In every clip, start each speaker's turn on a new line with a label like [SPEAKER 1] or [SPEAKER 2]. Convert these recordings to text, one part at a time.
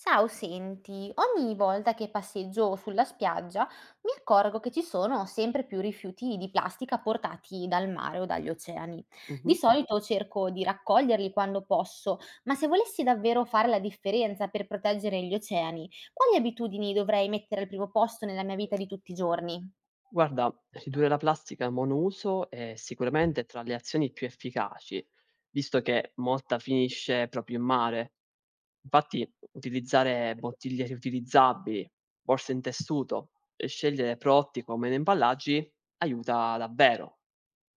[SPEAKER 1] Ciao, senti, ogni volta che passeggio sulla spiaggia mi accorgo che ci sono sempre più rifiuti di plastica portati dal mare o dagli oceani. Di
[SPEAKER 2] Mh-mh.
[SPEAKER 1] solito cerco di raccoglierli quando posso, ma se volessi davvero fare la differenza per proteggere gli oceani, quali abitudini dovrei mettere al primo posto nella mia vita di tutti i giorni?
[SPEAKER 2] Guarda, ridurre la plastica monouso è sicuramente tra le azioni più efficaci, visto che molta finisce proprio in mare. Infatti, utilizzare bottiglie riutilizzabili, borse in tessuto e scegliere prodotti con meno imballaggi aiuta davvero.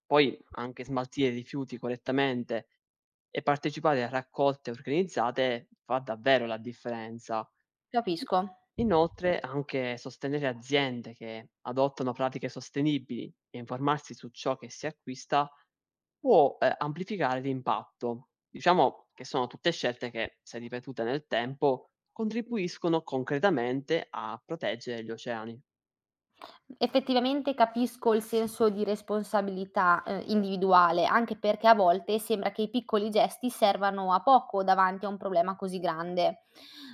[SPEAKER 2] Poi anche smaltire i rifiuti correttamente e partecipare a raccolte organizzate fa davvero la differenza. I
[SPEAKER 1] Capisco.
[SPEAKER 2] Inoltre anche sostenere aziende che adottano pratiche sostenibili e informarsi su ciò che si acquista può, amplificare l'impatto. Diciamo che sono tutte scelte che, se ripetute nel tempo, contribuiscono concretamente a proteggere gli oceani.
[SPEAKER 1] Effettivamente capisco il senso di responsabilità, individuale, anche perché a volte sembra che i piccoli gesti servano a poco davanti a un problema così grande.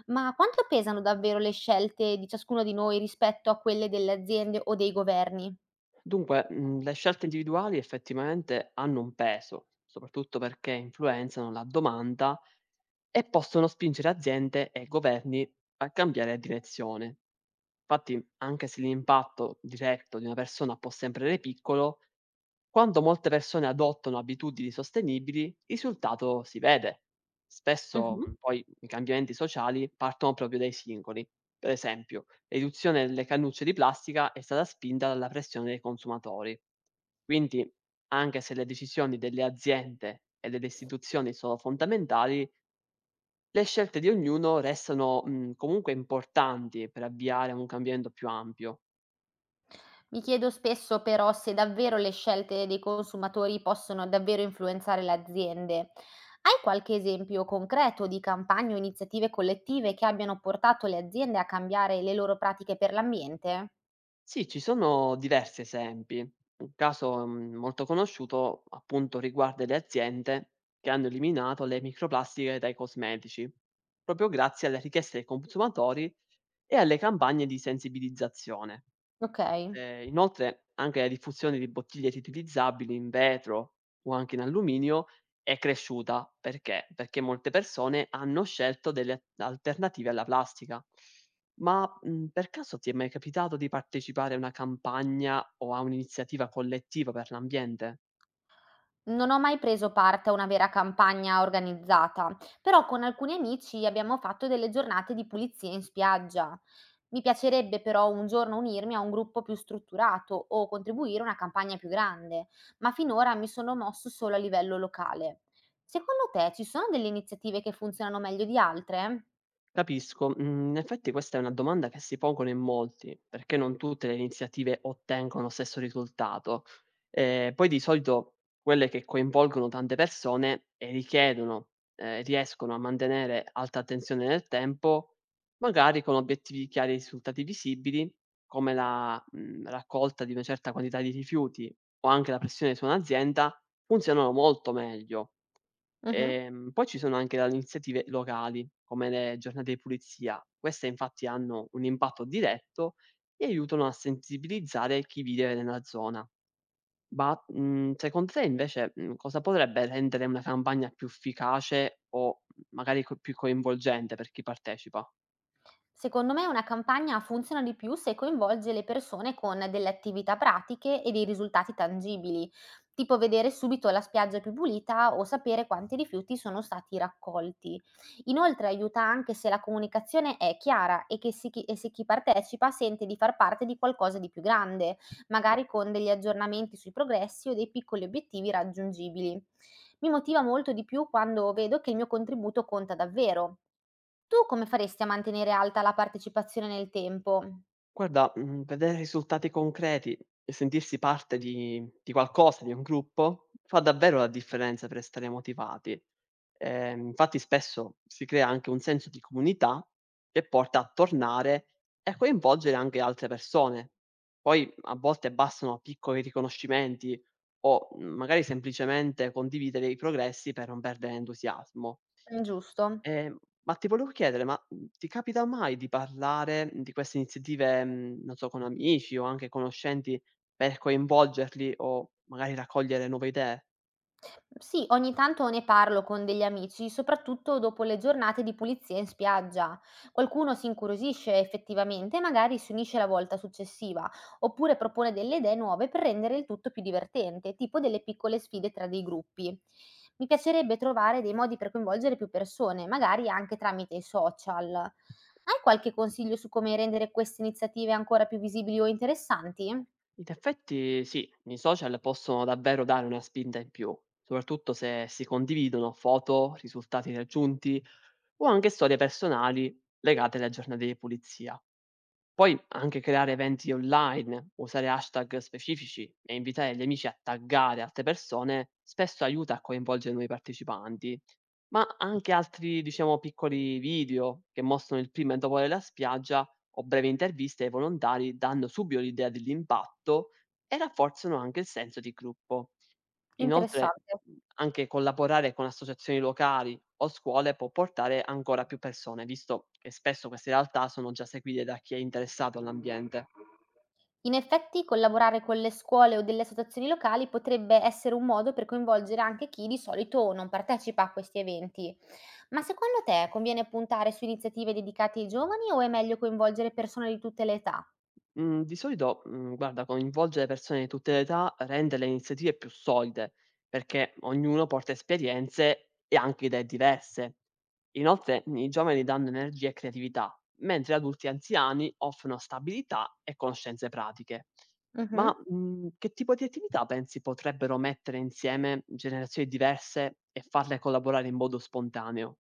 [SPEAKER 1] Ma quanto pesano davvero le scelte di ciascuno di noi rispetto a quelle delle aziende o dei governi?
[SPEAKER 2] Dunque, le scelte individuali effettivamente hanno un peso, soprattutto perché influenzano la domanda e possono spingere aziende e governi a cambiare direzione. Infatti, anche se l'impatto diretto di una persona può sembrare piccolo, quando molte persone adottano abitudini sostenibili, il risultato si vede. Spesso,
[SPEAKER 1] Mh-mh.
[SPEAKER 2] poi i cambiamenti sociali partono proprio dai singoli. Per esempio, riduzione delle cannucce di plastica è stata spinta dalla pressione dei consumatori. Quindi, anche se le decisioni delle aziende e delle istituzioni sono fondamentali, le scelte di ognuno restano comunque importanti per avviare un cambiamento più ampio.
[SPEAKER 1] Mi chiedo spesso però se davvero le scelte dei consumatori possono davvero influenzare le aziende. Hai qualche esempio concreto di campagne o iniziative collettive che abbiano portato le aziende a cambiare le loro pratiche per l'ambiente?
[SPEAKER 2] Sì, ci sono diversi esempi. Un caso molto conosciuto appunto riguarda le aziende che hanno eliminato le microplastiche dai cosmetici, proprio grazie alle richieste dei consumatori e alle campagne di sensibilizzazione.
[SPEAKER 1] Ok.
[SPEAKER 2] Inoltre anche la diffusione di bottiglie riutilizzabili in vetro o anche in alluminio è cresciuta, perché? Perché molte persone hanno scelto delle a alternative alla plastica. Ma, per caso ti è mai capitato di partecipare a una campagna o a un'iniziativa collettiva per l'ambiente?
[SPEAKER 1] Non ho mai preso parte a una vera campagna organizzata, però con alcuni amici abbiamo fatto delle giornate di pulizia in spiaggia. Mi piacerebbe però un giorno unirmi a un gruppo più strutturato o contribuire a una campagna più grande, ma finora mi sono mosso solo a livello locale. Secondo te ci sono delle iniziative che funzionano meglio di altre?
[SPEAKER 2] Capisco, in effetti questa è una domanda che si pongono in molti, perché non tutte le iniziative ottengono lo stesso risultato. Poi di solito quelle che coinvolgono tante persone e richiedono riescono a mantenere alta attenzione nel tempo, magari con obiettivi chiari e risultati visibili, come la, raccolta di una certa quantità di rifiuti o anche la pressione su un'azienda, funzionano molto meglio.
[SPEAKER 1] Mhm.
[SPEAKER 2] Poi ci sono anche dalle iniziative locali, come le giornate di pulizia. Queste infatti hanno un impatto diretto e aiutano a sensibilizzare chi vive nella zona. Ma, secondo te invece, cosa potrebbe rendere una campagna più efficace o magari co più coinvolgente per chi partecipa?
[SPEAKER 1] Secondo me una campagna funziona di più se coinvolge le persone con delle attività pratiche e dei risultati tangibili, tipo vedere subito la spiaggia più pulita o sapere quanti rifiuti sono stati raccolti. Inoltre aiuta anche se la comunicazione è chiara e, e se chi partecipa sente di far parte di qualcosa di più grande, magari con degli aggiornamenti sui progressi o dei piccoli obiettivi raggiungibili. Mi motiva molto di più quando vedo che il mio contributo conta davvero. Tu come faresti a mantenere alta la partecipazione nel tempo?
[SPEAKER 2] Guarda, vedere risultati concreti e sentirsi parte di qualcosa, di un gruppo, fa davvero la differenza per restare motivati. Infatti spesso si crea anche un senso di comunità che porta a tornare e a coinvolgere anche altre persone. Poi a volte bastano piccoli riconoscimenti o, magari semplicemente condividere i progressi per non perdere entusiasmo.
[SPEAKER 1] Giusto.
[SPEAKER 2] Ehm, ma ti volevo chiedere, ti capita mai di parlare di queste iniziative, non so, con amici o anche conoscenti per coinvolgerli o magari raccogliere nuove idee?
[SPEAKER 1] Sì, ogni tanto ne parlo con degli amici, soprattutto dopo le giornate di pulizia in spiaggia. Qualcuno si incuriosisce effettivamente e magari si unisce la volta successiva, oppure propone delle idee nuove per rendere il tutto più divertente, tipo delle piccole sfide tra dei gruppi. Mi piacerebbe trovare dei modi per coinvolgere più persone, magari anche tramite i social. Hai qualche consiglio su come rendere queste iniziative ancora più visibili o interessanti?
[SPEAKER 2] In effetti sì, i social possono davvero dare una spinta in più, soprattutto se si condividono foto, risultati raggiunti o anche storie personali legate alle giornate di pulizia. Poi anche creare eventi online, usare hashtag specifici e invitare gli amici a taggare altre persone spesso aiuta a coinvolgere nuovi partecipanti, ma anche altri, diciamo, piccoli video che mostrano il prima e dopo della spiaggia o brevi interviste ai volontari danno subito l'idea dell'impatto e rafforzano anche il senso di gruppo. Inoltre,
[SPEAKER 1] Interessante.
[SPEAKER 2] anche collaborare con associazioni locali o scuole può portare ancora più persone, visto che spesso queste realtà sono già seguite da chi è interessato all'ambiente.
[SPEAKER 1] In effetti collaborare con le scuole o delle associazioni locali potrebbe essere un modo per coinvolgere anche chi di solito non partecipa a questi eventi. Ma secondo te conviene puntare su iniziative dedicate ai giovani o è meglio coinvolgere persone di tutte le età?
[SPEAKER 2] Mhmm, di solito, guarda, coinvolgere persone di tutte le età rende le iniziative più solide, perché ognuno porta esperienze e anche idee diverse. Inoltre, i giovani danno energia e creatività, mentre adulti e anziani offrono stabilità e conoscenze pratiche. Ma,
[SPEAKER 1] Mhm.
[SPEAKER 2] che tipo di attività pensi potrebbero mettere insieme generazioni diverse e farle collaborare in modo spontaneo?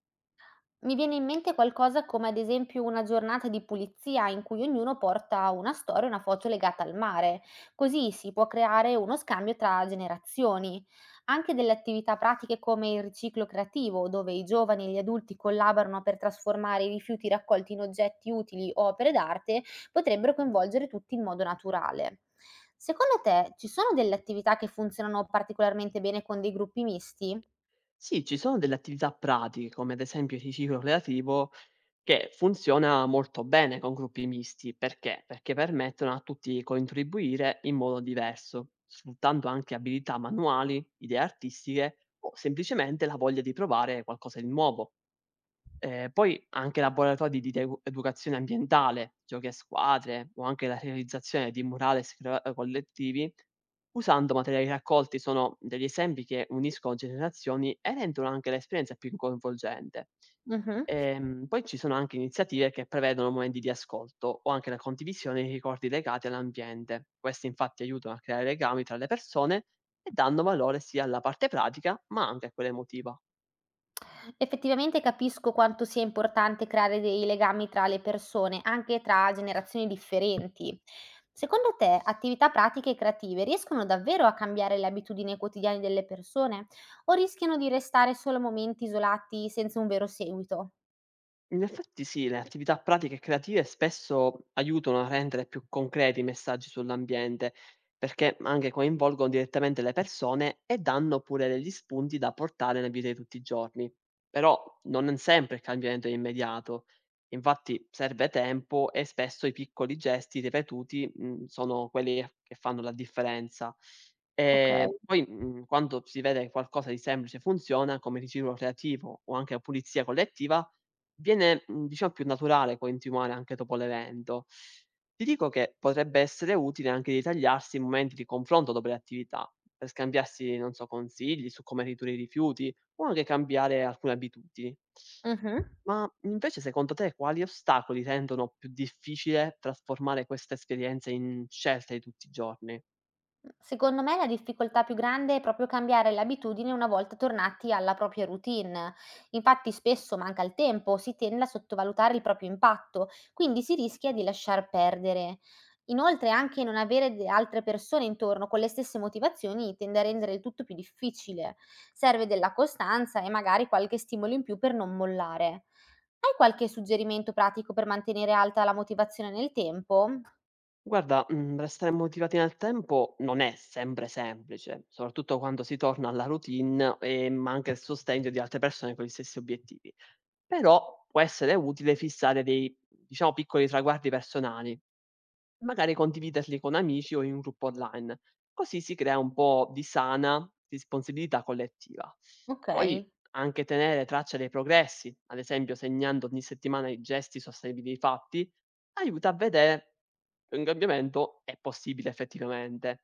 [SPEAKER 1] Mi viene in mente qualcosa come ad esempio una giornata di pulizia in cui ognuno porta una storia e una foto legata al mare, così si può creare uno scambio tra generazioni. Anche delle attività pratiche come il riciclo creativo, dove i giovani e gli adulti collaborano per trasformare i rifiuti raccolti in oggetti utili o opere d'arte, potrebbero coinvolgere tutti in modo naturale. Secondo te ci sono delle attività che funzionano particolarmente bene con dei gruppi misti?
[SPEAKER 2] Sì, ci sono delle attività pratiche, come ad esempio il riciclo creativo che funziona molto bene con gruppi misti, perché? Perché permettono a tutti di contribuire in modo diverso, sfruttando anche abilità manuali, idee artistiche o semplicemente la voglia di provare qualcosa di nuovo. Poi anche laboratori di de educazione ambientale, giochi a squadre o anche la realizzazione di murales crea collettivi, usando materiali raccolti sono degli esempi che uniscono generazioni e rendono anche l'esperienza più coinvolgente.
[SPEAKER 1] Mhm.
[SPEAKER 2] Poi ci sono anche iniziative che prevedono momenti di ascolto o anche la condivisione di ricordi legati all'ambiente. Questi infatti aiutano a creare legami tra le persone e danno valore sia alla parte pratica, ma anche a quella emotiva.
[SPEAKER 1] Effettivamente capisco quanto sia importante creare dei legami tra le persone, anche tra generazioni differenti. Secondo te, attività pratiche e creative riescono davvero a cambiare le abitudini quotidiane delle persone o rischiano di restare solo momenti isolati senza un vero seguito?
[SPEAKER 2] In effetti sì, le attività pratiche e creative spesso aiutano a rendere più concreti i messaggi sull'ambiente, perché anche coinvolgono direttamente le persone e danno pure degli spunti da portare nella vita di tutti i giorni. Però non sempre il cambiamento è immediato, infatti serve tempo e spesso i piccoli gesti ripetuti sono quelli che fanno la differenza.
[SPEAKER 1] Ok.
[SPEAKER 2] E poi quando si vede che qualcosa di semplice funziona, come riciclo creativo o anche la pulizia collettiva, viene, diciamo più naturale continuare anche dopo l'evento. Ti dico che potrebbe essere utile anche ritagliarsi momenti di confronto dopo le attività, per scambiarsi, non so, consigli su come ridurre i rifiuti o anche cambiare alcune abitudini.
[SPEAKER 1] Mh-mh.
[SPEAKER 2] Ma invece secondo te quali ostacoli rendono più difficile trasformare questa esperienza in scelte di tutti i giorni?
[SPEAKER 1] Secondo me la difficoltà più grande è proprio cambiare l'abitudine una volta tornati alla propria routine. Infatti spesso manca il tempo, si tende a sottovalutare il proprio impatto, quindi si rischia di lasciar perdere. Inoltre anche non avere altre persone intorno con le stesse motivazioni tende a rendere il tutto più difficile. Serve della costanza e magari qualche stimolo in più per non mollare. Hai qualche suggerimento pratico per mantenere alta la motivazione nel tempo?
[SPEAKER 2] Guarda, restare motivati nel tempo non è sempre semplice, soprattutto quando si torna alla routine e manca il sostegno di altre persone con gli stessi obiettivi. Però può essere utile fissare dei, diciamo, piccoli traguardi personali, magari condividerli con amici o in un gruppo online. Così si crea un po' di sana responsabilità collettiva.
[SPEAKER 1] Ok,
[SPEAKER 2] Poi anche tenere traccia dei progressi, ad esempio segnando ogni settimana i gesti sostenibili fatti, aiuta a vedere che un cambiamento è possibile effettivamente.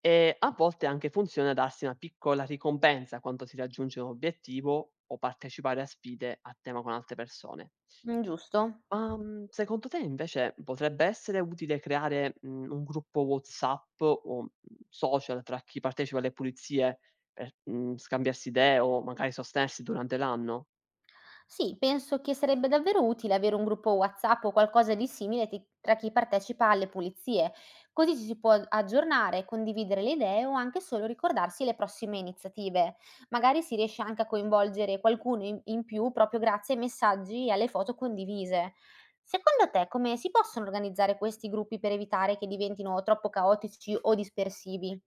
[SPEAKER 2] E a volte anche funziona darsi una piccola ricompensa quando si raggiunge un obiettivo o partecipare a sfide a tema con altre persone.
[SPEAKER 1] mm, giusto.
[SPEAKER 2] Ma, secondo te invece potrebbe essere utile creare, un gruppo WhatsApp o, social tra chi partecipa alle pulizie per, scambiarsi idee o magari sostenersi durante l'anno?
[SPEAKER 1] Sì, penso che sarebbe davvero utile avere un gruppo WhatsApp o qualcosa di tra chi partecipa alle pulizie, così ci si può aggiornare, condividere le idee o anche solo ricordarsi le prossime iniziative. Magari si riesce anche a coinvolgere qualcuno in più proprio grazie ai messaggi e alle foto condivise. Secondo te come si possono organizzare questi gruppi per evitare che diventino troppo caotici o dispersivi?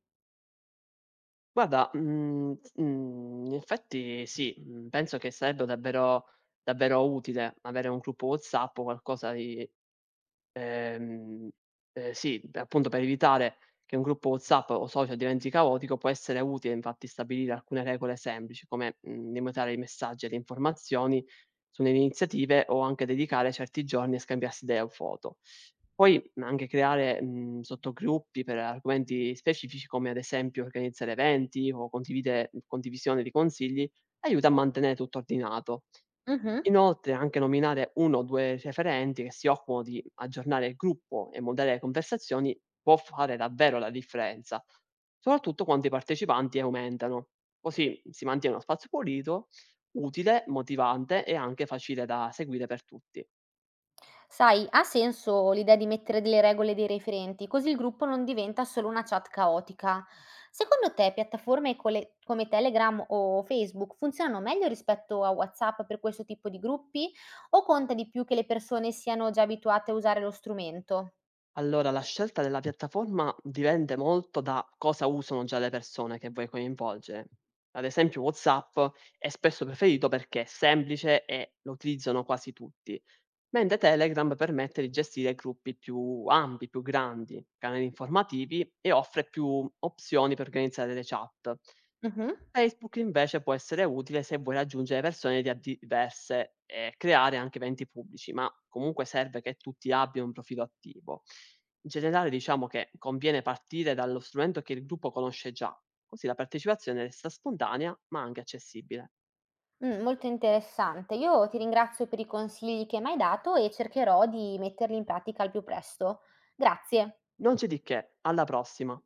[SPEAKER 2] Guarda, in effetti sì, penso che sarebbe davvero utile avere un gruppo WhatsApp o qualcosa di. Ehm, sì, p appunto per evitare che un gruppo WhatsApp o social diventi caotico, può essere utile infatti stabilire alcune regole semplici, come, limitare i messaggi e le informazioni sulle iniziative o anche dedicare certi giorni a scambiarsi idee o foto. Poi, anche creare, sottogruppi per argomenti specifici, come ad esempio organizzare eventi o condivide condivisione di consigli, aiuta a mantenere tutto ordinato.
[SPEAKER 1] Mhm.
[SPEAKER 2] Inoltre anche nominare uno o due referenti che si occupano di aggiornare il gruppo e moderare le conversazioni può fare davvero la differenza, soprattutto quando i partecipanti aumentano. Così si mantiene uno spazio pulito, utile, motivante e anche facile da seguire per tutti.
[SPEAKER 1] Sai, ha senso l'idea di mettere delle regole e dei referenti, così il gruppo non diventa solo una chat caotica. Secondo te, piattaforme come Telegram o Facebook funzionano meglio rispetto a WhatsApp per questo tipo di gruppi? O conta di più che le persone siano già abituate a usare lo strumento?
[SPEAKER 2] Allora, la scelta della piattaforma dipende molto da cosa usano già le persone che vuoi coinvolgere. Ad esempio WhatsApp è spesso preferito perché è semplice e lo utilizzano quasi tutti, mentre Telegram permette di gestire gruppi più ampi, più grandi, canali informativi e offre più opzioni per organizzare le chat.
[SPEAKER 1] Mhm.
[SPEAKER 2] Facebook invece può essere utile se vuoi raggiungere persone diverse e creare anche eventi pubblici, ma comunque serve che tutti abbiano un profilo attivo. In generale diciamo che conviene partire dallo strumento che il gruppo conosce già, così la partecipazione resta spontanea ma anche accessibile.
[SPEAKER 1] Mm, molto interessante. Io ti ringrazio per i consigli che mi hai dato e cercherò di metterli in pratica al più presto. Grazie.
[SPEAKER 2] Non c'è di che, alla prossima!